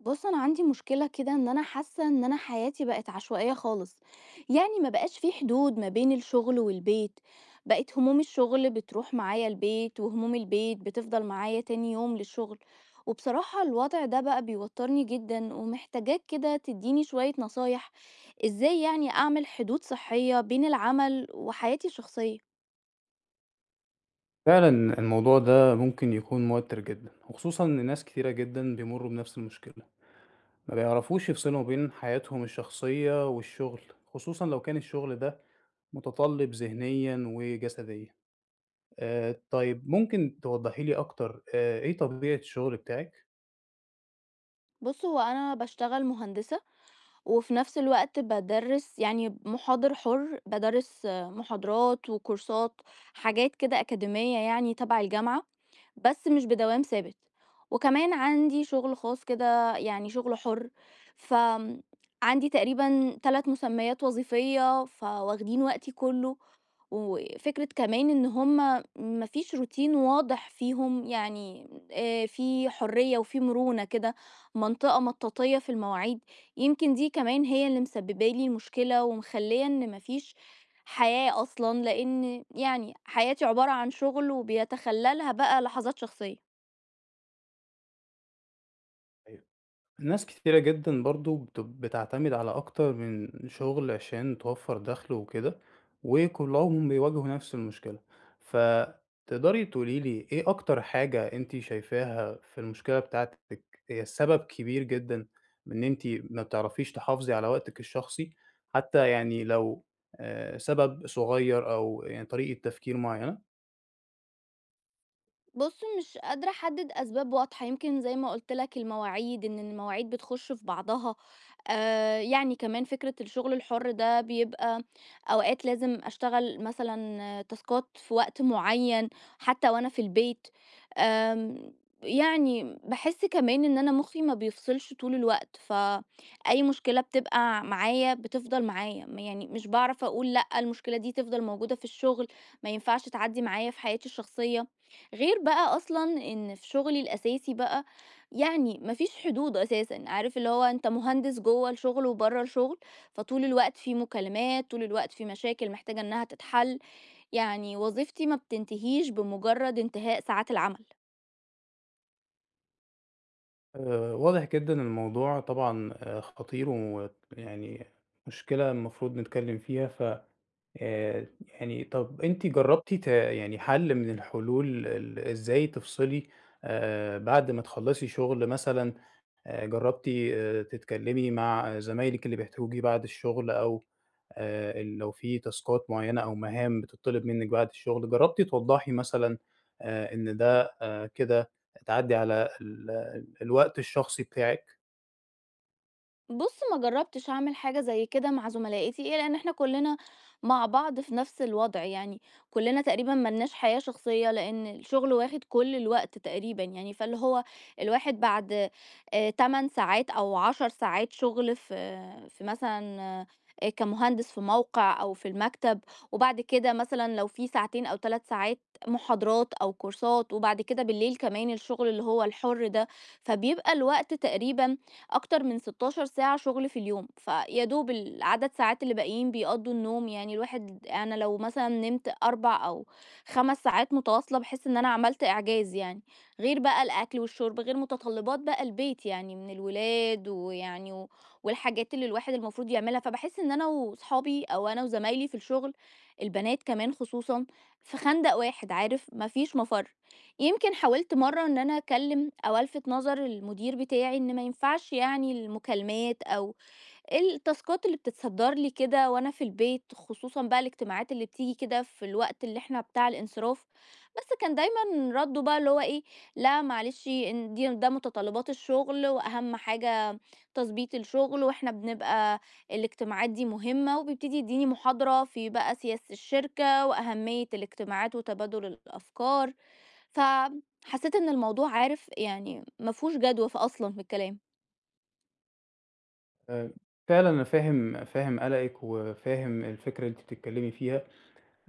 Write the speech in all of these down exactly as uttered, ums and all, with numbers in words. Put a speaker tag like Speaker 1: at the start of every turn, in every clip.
Speaker 1: بُص، أنا عندي مشكلة كده إن أنا حاسة إن أنا حياتي بقت عشوائية خالص، يعني ما بقاش في حدود ما بين الشغل والبيت، بقت هموم الشغل بتروح معايا البيت، وهموم البيت بتفضل معايا تاني يوم للشغل، وبصراحة الوضع ده بقى بيوترني جدًا، ومحتاجاك كده تديني شوية نصايح إزاي يعني أعمل حدود صحية بين العمل وحياتي الشخصية.
Speaker 2: فعلًا الموضوع ده ممكن يكون موتِّر جدًا، وخصوصًا إن ناس كتيرة جدًا بيمرّوا بنفس المشكلة، ما بيعرفوش يفصلوا بين حياتهم الشخصية والشغل، خصوصًا لو كان الشغل ده متطلِّب ذهنيًا وجسديًا. آآ طيب، ممكن توضّحي لي أكتر، آآ إيه طبيعة الشغل بتاعِك؟
Speaker 1: بُص، هو أنا باشتغل مهندسة وفي نفس الوقت بادرّس يعني محاضر حُر، بادرّس محاضرات وكورسات، حاجات كده أكاديمية يعني تبع الجامعة، بس مش بدوام ثابت. وكمان عندي شغل خاص كده يعني شغل حُر، فآمم عندي تقريبًا ثلاث مسميات وظيفية، فواخدين وقتي كُلّه، وفكرة كمان إن هم ما فيش روتين واضح فيهم يعني آه، في حرية وفي مرونة كده منطقة مطاطية في المواعيد، يمكن دي كمان هي اللي مسببة لي المشكلة ومخلية إن ما فيش حياة أصلا، لأن يعني حياتي عبارة عن شغل وبيتخللها بقى لحظات شخصية.
Speaker 2: ناس كتيرة جدًا برضه بت بتعتمد على أكتر من شغل عشان توفّر دخل وكده، وكلّهم بيواجهوا نفس المشكلة. فتقدري تقولي لي إيه أكتر حاجة أنتِ شايفاها في المشكلة بتاعتِك هي السبب كبير جدًا من إن أنتِ ما بتعرفيش تحافظي على وقتِك الشخصي؟ حتى يعني لو آآ سبب صغير، أو يعني طريقة تفكير معيّنة؟
Speaker 1: بُص، مش قادرة أحدد أسباب واضحة، يمكن زي ما قُلت لك المواعيد، إن المواعيد بتخش في بعضها، آآ، يعني كمان فكرة الشغل الحُر ده بيبقى أوقات لازم أشتغل مثلًا آه، تاسكات في وقت معيّن حتى وأنا في البيت، آمم، يعني باحس كمان إن أنا مُخّي ما بيفصلش طول الوقت، فأي مشكلة بتبقى معايا بتفضل معايا، م يعني مش باعرف أقول لأ، المشكلة دي تفضل موجودة في الشغل، ما ينفعش تعدّي معايا في حياتي الشخصية. غير بقى أصلًا إن في شغلي الأساسي بقى، يعني ما فيش حدود أساسًا، عارف اللي هو أنت مهندس جوّه الشغل وبرّه الشغل، فطول الوقت في مكالمات، طول الوقت في مشاكل محتاجة إنها تتحل، يعني وظيفتي ما بتنتهيش بمجرد انتهاء ساعات العمل.
Speaker 2: آآ واضح جدًا الموضوع، طبعًا آآ خطير، ويعني مشكلة المفروض نتكلّم فيها. ف آآ يعني طَب أنتِ جرّبتِ ت يعني حَل من الحلول، ال إزاي تفصلي آآ بعد ما تخلّصي شُغل مثلًا؟ آآ جرّبتِ آآ تتكلّمي مع زمايلِك اللي بيحتاجوكِ بعد الشُغل؟ أو آآ ال لو في تاسكات معيّنة أو مهام بتطلب منِّك بعد الشغل، جرّبتِ توضّحي مثلًا آآ إن ده آآ كده تعدّي على ال ال- الوقت الشخصي بتاعِك؟
Speaker 1: بُص، ما جرّبتش أعمل حاجة زي كده مع زملائتي، إيه، لإن إحنا كُلّنا مع بعض في نفس الوضع، يعني كُلّنا تقريبًا ما لناش حياة شخصية، لإن الشغل واخد كل الوقت تقريبًا يعني، فاللي هو الواحد بعد آآ تمن ساعات أو عشر ساعات شغل في في مثلًا آآ كمهندس في موقع أو في المكتب، وبعد كده مثلًا لو في ساعتين أو ثلاث ساعات محاضرات أو كورسات، وبعد كده بالليل كمان الشغل اللي هو الحُر ده، فبيبقى الوقت تقريبًا أكتر من ستاشر ساعة شغل في اليوم، فيا دوب العدد ساعات اللي باقيين بيقضّوا النوم، يعني الواحد أنا لو مثلًا نمت أربع أو خمس ساعات متواصلة باحس إن أنا عملت إعجاز يعني، غير بقى الأكل والشرب، غير متطلبات بقى البيت يعني من الولاد ويعني و والحاجات اللي الواحد المفروض يعملها، فباحس إن أنا وصحابي أو أنا وزمايلي في الشغل، البنات كمان خصوصًا، في خندق واحد عارف، ما فيش مفر. يمكن حاولت مرّة إن أنا أكلّم أو ألفت نظر المدير بتاعي إن ما ينفعش يعني المكالمات أو التاسكات اللي بتتصدّر لي كده وأنا في البيت، خصوصًا بقى الاجتماعات اللي بتيجي كده في الوقت اللي إحنا بتاع الانصراف، بس كان دايمًا رَدُّه بقى اللي هو إيه، "لأ معلش، إن دي ده متطلبات الشغل وأهم حاجة تضبيط الشغل، وإحنا بنبقى الاجتماعات دي مهمة." وبيبتدي يدّيني محاضرة في بقى سياسة الشركة وأهمية الاجتماعات وتبادل الأفكار. فحسيت إن الموضوع عارف يعني ما فيهوش جدوى ف أصلًا في الكلام.
Speaker 2: آآ فعلًا أنا فاهم فاهم قلقِك، وفاهم الفكرة اللي أنتِ بتتكلّمي فيها.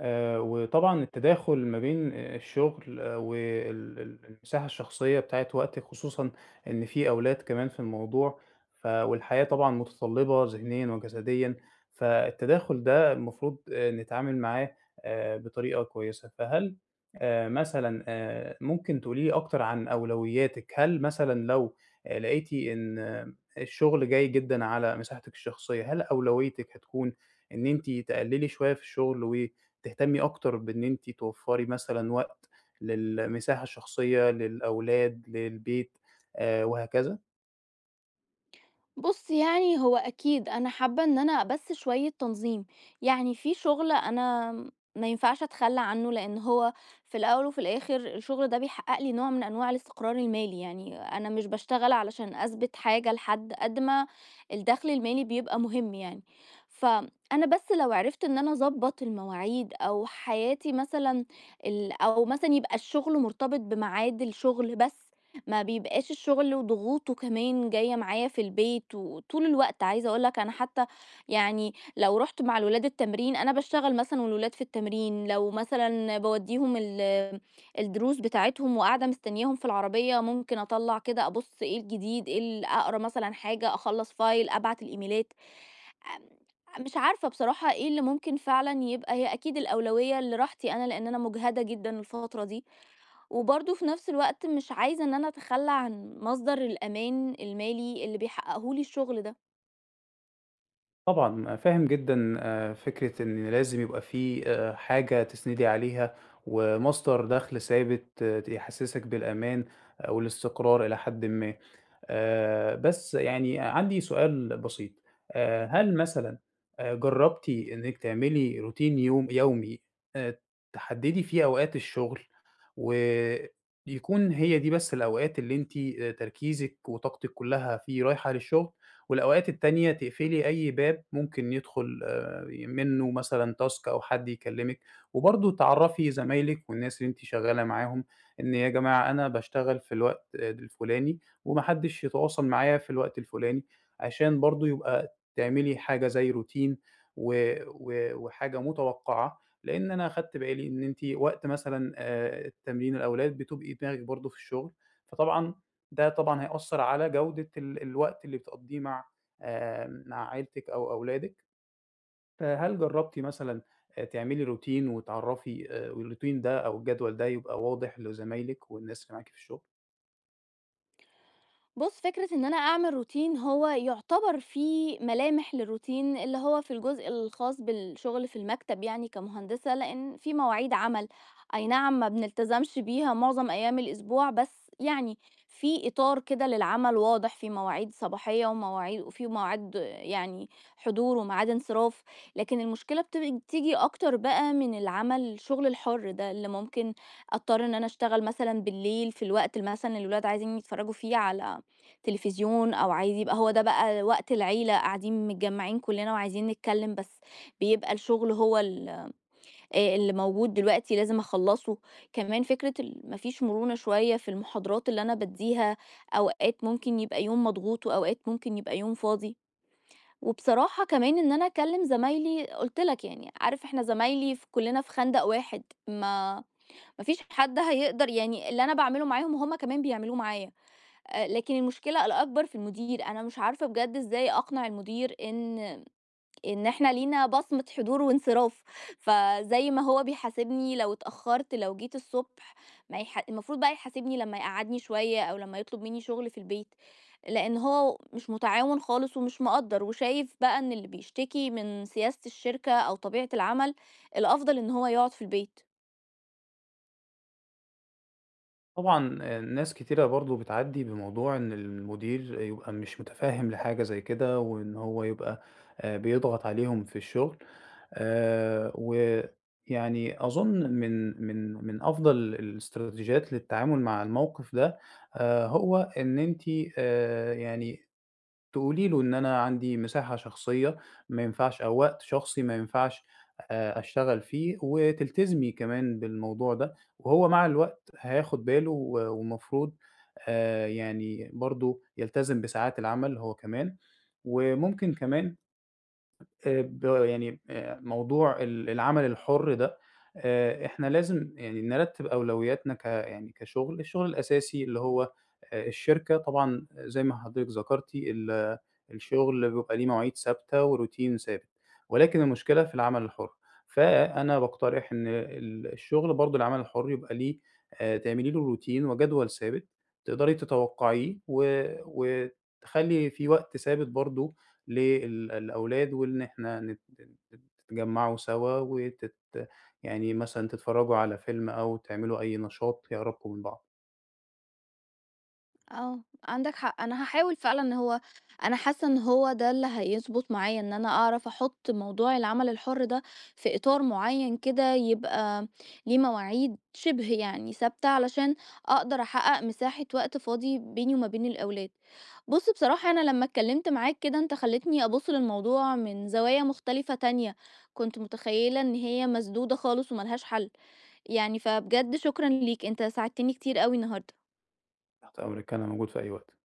Speaker 2: آآ وطبعًا التداخل ما بين آآ الشغل وال ال المساحة الشخصية بتاعة وقتِك، خصوصًا إن في أولاد كمان في الموضوع، ف والحياة طبعًا متطلِّبة ذهنيًا وجسديًا. فالتداخل ده المفروض آآ نتعامل معاه آآ بطريقة كويسة. فهل آآ مثلًا آآ ممكن تقولي لي أكتر عن أولوياتِك؟ هل مثلًا لو آآ لقيتِ إن آه، الشغل جاي جدًا على مساحتِك الشخصية، هل أولويتِك هتكون إن أنتِ تقلِّلي شوية في الشغل و تهتمي أكتر بإن أنتِ توفّري مثلًا وقت للمساحة الشخصية، للأولاد، للبيت، آآ وهكذا؟
Speaker 1: بُص يعني هو أكيد أنا حابة إن أنا بس شوية تنظيم، يعني في شغل أنا ما ينفعش أتخلى عنه، لأن هو في الأول وفي الآخر الشغل ده بيحقق لي نوع من أنواع الاستقرار المالي، يعني أنا مش باشتغل علشان أثبت حاجة لحد، قد ما الدخل المالي بيبقى مهم يعني، فأنا بس لو عرفت إن أنا أضبط المواعيد أو حياتي مثلًا ال أو مثلًا يبقى الشغل مرتبط بميعاد الشغل بس. ما بيبقاش الشغل وضغوطه كمان جاية معايا في البيت وطول الوقت، عايزة اقول لك انا حتى يعني لو رحت مع الولاد التمرين انا بشتغل مثلا والولاد في التمرين، لو مثلا بوديهم ال- الدروس بتاعتهم وقاعدة مستنياهم في العربية ممكن اطلع كده ابص ايه الجديد، ايه ال- اقرا مثلا حاجة، اخلص فايل، ابعت الايميلات. مش عارفة بصراحة ايه اللي ممكن فعلا، يبقى هي اكيد الاولوية لراحتي انا، لان انا مجهدة جدا الفترة دي، وبرضه في نفس الوقت مش عايزة إن أنا أتخلّى عن مصدر الأمان المالي اللي بيحققه لي الشغل ده.
Speaker 2: طبعًا فاهم جدًا آآ فكرة إن لازم يبقى في آآ حاجة تسندي عليها، ومصدر دَخْل ثابت ت يحسّسك بالأمان آآ والاستقرار إلى حدٍ ما. آآ، بس يعني عندي سؤال بسيط. آآ، هل مثلًا آآ، جرّبتِ إنِّك تعملي روتين يوم يومي، آآ، تحدّدي فيه أوقات الشغل، ويكون هي دي بس الأوقات اللي أنتِ آآ، تركيزِك وطاقتِك كلّها فيه رايحة للشغل، والأوقات التانية تقفلي أي باب ممكن يدخل آآ، منّه مثلًا task أو حد يكلّمِك؟ وبرضه تعرّفي زمايلِك والناس اللي أنتِ شغّالة معاهم إن يا جماعة، أنا باشتغل في الوقت آه، الفلاني، وما حدش يتواصل معايا في الوقت الفلاني، عشان برضه يبقى تعملي حاجة زي روتين و و وحاجة متوقعة. لإن أنا أخدت بالي إن أنتِ وقت مثلًا آآ تمرين الأولاد بتبقي دماغِك برضه في الشغل، فطبعًا ده طبعًا هيأثّر على جودة ال الوقت اللي بتقضّيه مع آآ مع عيلتِك أو أولادِك. فهل جرّبتِ مثلًا آآ تعملي روتين وتعرّفي آآ والروتين ده أو الجدول ده يبقى واضح لزمايلِك والناس اللي معاكِ في الشغل؟
Speaker 1: بُص، فكرة إن أنا أعمل روتين، هو يُعتبر فيه ملامح للروتين اللي هو في الجزء الخاص بالشغل في المكتب يعني كمهندسة، لإن في مواعيد عمل، أي نعم ما بنلتزمش بيها معظم أيام الأسبوع، بس يعني في إطار كده للعمل واضح، في مواعيد صباحية ومواعيد، وفي مواعيد يعني حضور وميعاد انصراف، لكن المشكلة بت بتيجي أكتر بقى من العمل الشغل الحُر ده، اللي ممكن أضطر إن أنا أشتغل مثلًا بالليل في الوقت مثلًا اللي مثلا الولاد عايزين يتفرّجوا فيه على تليفزيون، أو عايز يبقى هو ده بقى وقت العيلة قاعدين متجمعين كلنا وعايزين نتكلم، بس بيبقى الشغل هو ال- آه، اللي موجود دلوقتي لازم أخلصه. كمان فكرة ال- مفيش مرونة شوية في المحاضرات اللي أنا بديها، أوقات ممكن يبقى يوم مضغوط وأوقات ممكن يبقى يوم فاضي. وبصراحة كمان إن أنا أكلم زمايلي قلت لك يعني عارف إحنا زمايلي في كلنا في خندق واحد، ما مفيش حد هيقدر يعني، اللي أنا بعمله معاهم هما كمان بيعملوه معايا. آآ، لكن المشكلة الأكبر في المدير، أنا مش عارفة بجد إزاي أقنع المدير إن إن إحنا لينا بصمة حضور وانصراف، فزي ما هو بيحاسبني لو اتأخرت، لو جيت الصبح، ما يح المفروض بقى يحاسبني لمّا يقعّدني شوية أو لمّا يطلب مني شغل في البيت، لإن هو مش متعاون خالص ومش مقدّر، وشايف بقى إن اللي بيشتكي من سياسة الشركة أو طبيعة العمل، الأفضل إن هو يقعد في البيت.
Speaker 2: طبعًا آآ ناس كتيرة برضه بتعدّي بموضوع إن المدير يبقى مش متفهّم لحاجة زي كده، وإن هو يبقى آآ بيضغط عليهم في الشغل. آآ ويعني أظن من من من أفضل الاستراتيجيات للتعامل مع الموقف ده، آآ هو إن أنتِ آآ يعني تقولي له إن أنا عندي مساحة شخصية ما ينفعش، أو وقت شخصي ما ينفعش آآ أشتغل فيه، وتلتزمي كمان بالموضوع ده. وهو مع الوقت هياخد باله، و والمفروض آآ يعني برضه يلتزم بساعات العمل هو كمان. وممكن كمان آآ ب يعني آآ موضوع ال العمل الحُر ده، آآ إحنا لازم يعني نرتّب أولوياتنا ك يعني كشُغل. الشُغل الأساسي اللي هو آآ الشركة، طبعًا زي ما حضرتِك ذكرتِ، ال الشُغل بيبقى ليه مواعيد ثابتة وروتين ثابت، ولكن المشكلة في العمل الحُر. فأنا باقترح إن ال الشُغل برضه، العمل الحُر، يبقى ليه آآ تعملي له روتين وجدول ثابت تقدري تتوقعيه، و وتخلّي في وقت ثابت برضه لل الأولاد، وإن إحنا نت نت تتجمعوا سوا وتت يعني مثلًا تتفرجوا على فيلم، أو تعملوا أي نشاط يقربكم من بعض.
Speaker 1: آه، عندك حق. أنا هاحاول فعلًا، هو أنا حاسة إن هو ده اللي هيضبط معايا، إن أنا أعرف أحُط موضوع العمل الحُر ده في إطار معيّن كده، يبقى ليه مواعيد شِبه يعني ثابتة علشان أقدر أحقق مساحة وقت فاضي بيني وما بين الأولاد. بُص، بصراحة أنا لمّا اتكلّمت معاك كده أنت خلّيتني أبُص للموضوع من زوايا مختلفة تانية، كنت متخيّلة إن هي مسدودة خالص وما لهاش حَل، يعني فبجد شكرًا ليك، أنت ساعدتني كتير أوي النهارده.
Speaker 2: تحت أمرِك، أنا موجود في أي وقت.